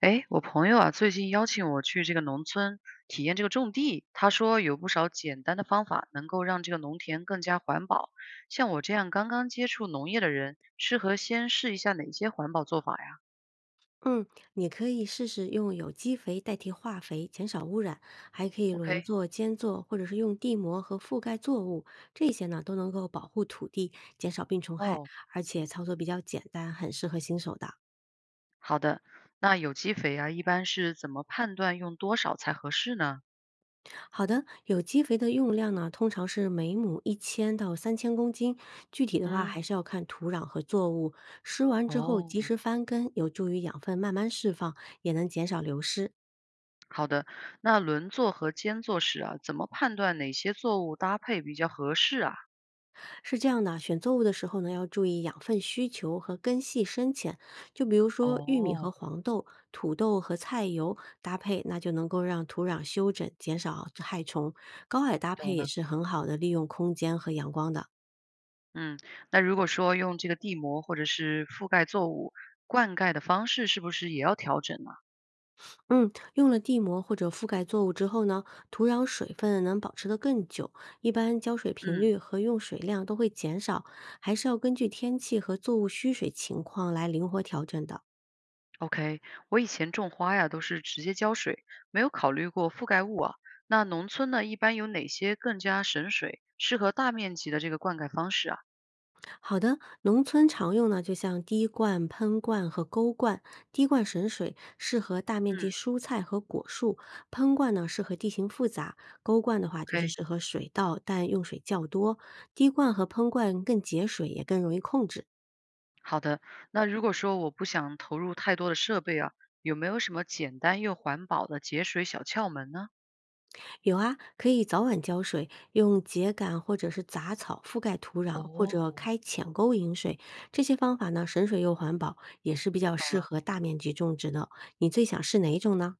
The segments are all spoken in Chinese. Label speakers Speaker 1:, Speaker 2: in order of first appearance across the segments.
Speaker 1: 哎，我朋友啊，最近邀请我去这个农村体验这个种地，他说有不少简单的方法能够让这个农田更加环保。像我这样刚刚接触农业的人，适合先试一下哪些环保做法呀
Speaker 2: 嗯，你可以试试用有机肥代替化肥，减少污染，还可以
Speaker 1: ？OK，
Speaker 2: 轮作、间作，或者是用地膜和覆盖作物，这些呢都能够保护土地，减少病虫害，
Speaker 1: 哦，
Speaker 2: 而且操作比较简单，很适合新手的。
Speaker 1: 好的。那有机肥啊，一般是怎么判断用多少才合适呢？
Speaker 2: 好的，有机肥的用量呢，通常是每亩1000到3000公斤，具体的话
Speaker 1: 嗯，
Speaker 2: 还是要看土壤和作物。施完之后
Speaker 1: 哦，
Speaker 2: 及时翻耕，有助于养分慢慢释放，也能减少流失。
Speaker 1: 好的。那轮作和间作时啊，怎么判断哪些作物搭配比较合适啊？
Speaker 2: 是这样的，选作物的时候呢，要注意养分需求和根系深浅。就比如说玉米和
Speaker 1: 哦，
Speaker 2: 黄豆、土豆和菜油搭配，那就能够让土壤修整，减少害虫。高矮搭配
Speaker 1: 懂
Speaker 2: 也
Speaker 1: 了。
Speaker 2: 是很好的利用空间和阳光的。
Speaker 1: 嗯，那如果说用这个地膜或者是覆盖作物灌溉的方式，是不是也要调整呢？
Speaker 2: 嗯，用了地膜或者覆盖作物之后呢，土壤水分能保持得更久，一般浇水频
Speaker 1: 嗯
Speaker 2: 率和用水量都会减少，还是要根据天气和作物需水情况来灵活调整的。
Speaker 1: ，OK，我以前种花呀，都是直接浇水，没有考虑过覆盖物啊。那农村呢，一般有哪些更加省水、适合大面积的这个灌溉方式啊？
Speaker 2: 好的，农村常用呢，就像滴灌、喷灌和沟灌。滴灌省水，适合大面积
Speaker 1: 嗯
Speaker 2: 蔬菜和果树；喷灌呢，适合地形复杂；沟灌的话，就是
Speaker 1: ，OK，
Speaker 2: 适合水稻，但用水较多。滴灌和喷灌更节水，也更容易控制。
Speaker 1: 好的。那如果说我不想投入太多的设备啊，有没有什么简单又环保的节水小窍门呢？
Speaker 2: 有啊，可以早晚浇水，用秸秆或者是杂草覆盖土壤，或者
Speaker 1: 哦，
Speaker 2: 开浅沟引水。这些方法呢，省水又环保，也是比较
Speaker 1: 懂
Speaker 2: 适
Speaker 1: 了。
Speaker 2: 合大面积种植的。你最想试哪一种呢？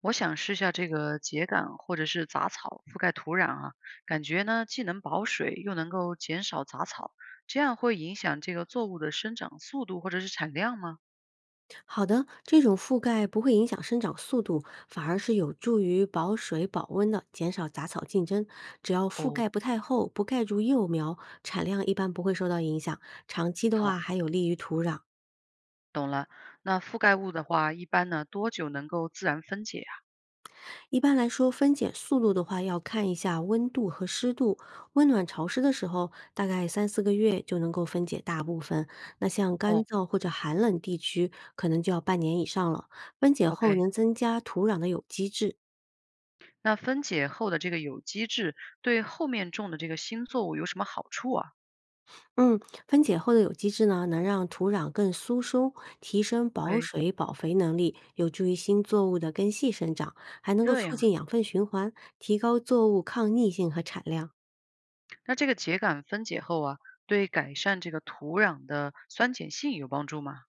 Speaker 1: 我想试下这个秸秆或者是杂草覆盖土壤啊，感觉呢既能保水又能够减少杂草，这样会影响这个作物的生长速度或者是产量吗？
Speaker 2: 好的，这种覆盖不会影响生长速度，反而是有助于保水保温的，减少杂草竞争。只要覆
Speaker 1: 哦，
Speaker 2: 盖不太厚，不盖住幼苗，产量一般不会受到影响。长期的
Speaker 1: 好，
Speaker 2: 话，还有利于土壤。
Speaker 1: 懂了。那覆盖物的话，一般呢多久能够自然分解啊？
Speaker 2: 一般来说，分解速度的话，要看一下温度和湿度。温暖潮湿的时候，大概3、4个月就能够分解大部分。那像干
Speaker 1: 哦
Speaker 2: 燥或者寒冷地区，可能就要半年以上了。分解后
Speaker 1: ，OK。
Speaker 2: 能增加土壤的有机质，
Speaker 1: 那分解后的这个有机质对后面种的这个新作物有什么好处啊
Speaker 2: 嗯，分解后的有机质呢，能让土壤更疏松，提升保
Speaker 1: ？OK，
Speaker 2: 水保肥能力，有助于新作物的根系生长，还能够
Speaker 1: 这
Speaker 2: 促
Speaker 1: 样啊，
Speaker 2: 进养分循环，提高作物抗逆性和产量。
Speaker 1: 那这个秸秆分解后啊，对改善这个土壤的酸碱性有帮助吗？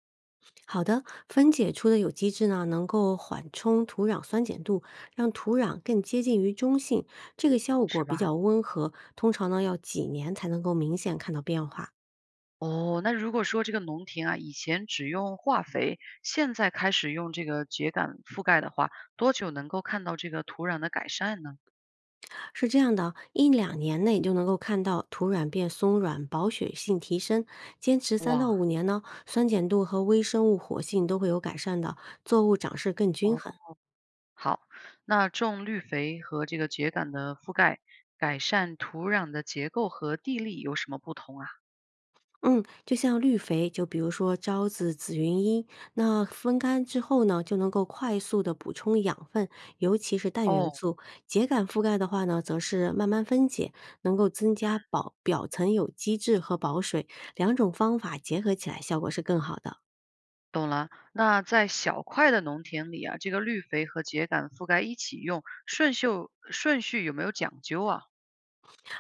Speaker 2: 好的，分解出的有机质呢，能够缓冲土壤酸碱度，让土壤更接近于中性。这个效果
Speaker 1: 是
Speaker 2: 比
Speaker 1: 吧？
Speaker 2: 较温和，通常呢要几年才能够明显看到变化。
Speaker 1: 哦，那如果说这个农田啊，以前只用化肥，现在开始用这个秸秆覆盖的话，多久能够看到这个土壤的改善呢？
Speaker 2: 是这样的，1、2年内就能够看到土壤变松软、保水性提升。坚持三
Speaker 1: 哇，
Speaker 2: 到五年呢，酸碱度和微生物活性都会有改善的，作物长势更均
Speaker 1: 哦，
Speaker 2: 衡。
Speaker 1: 好，那种绿肥和这个秸秆的覆盖，改善土壤的结构和地力有什么不同啊？
Speaker 2: 嗯，就像绿肥，就比如说招子、紫云英，那风干之后呢，就能够快速的补充养分，尤其是氮元
Speaker 1: 哦，
Speaker 2: 素。秸秆覆盖的话呢，则是慢慢分解，能够增加保表层有机质和保水，两种方法结合起来，效果是更好的。
Speaker 1: 懂了。那在小块的农田里啊，这个绿肥和秸秆覆盖一起用，顺序有没有讲究啊？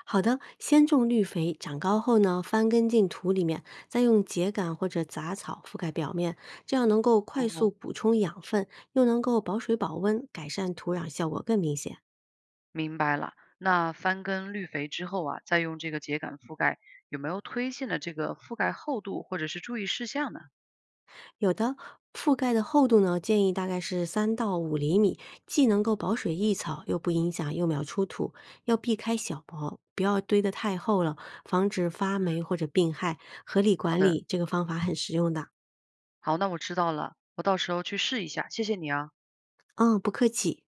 Speaker 2: 好的，先种绿肥，长高后呢，翻根进土里面，再用秸秆或者杂草覆盖表面，这样能够快速
Speaker 1: 哦，
Speaker 2: 补充养分，又能够保水保温，改善土壤效果更明显。
Speaker 1: 明白了。那翻耕绿肥之后啊，再用这个秸秆覆盖，有没有推荐的这个覆盖厚度或者是注意事项呢？
Speaker 2: 有的覆盖的厚度呢，建议大概是3到5厘米，既能够保水抑草，又不影响幼苗出土。要避开小苗，不要堆得太厚了，防止发
Speaker 1: 嗯，
Speaker 2: 霉或者病害。合理
Speaker 1: 好
Speaker 2: 管
Speaker 1: 的，
Speaker 2: 理，这个方法很实用的。
Speaker 1: 好，那我知道了，我到时候去试一下，谢谢你啊。
Speaker 2: 嗯，不客气。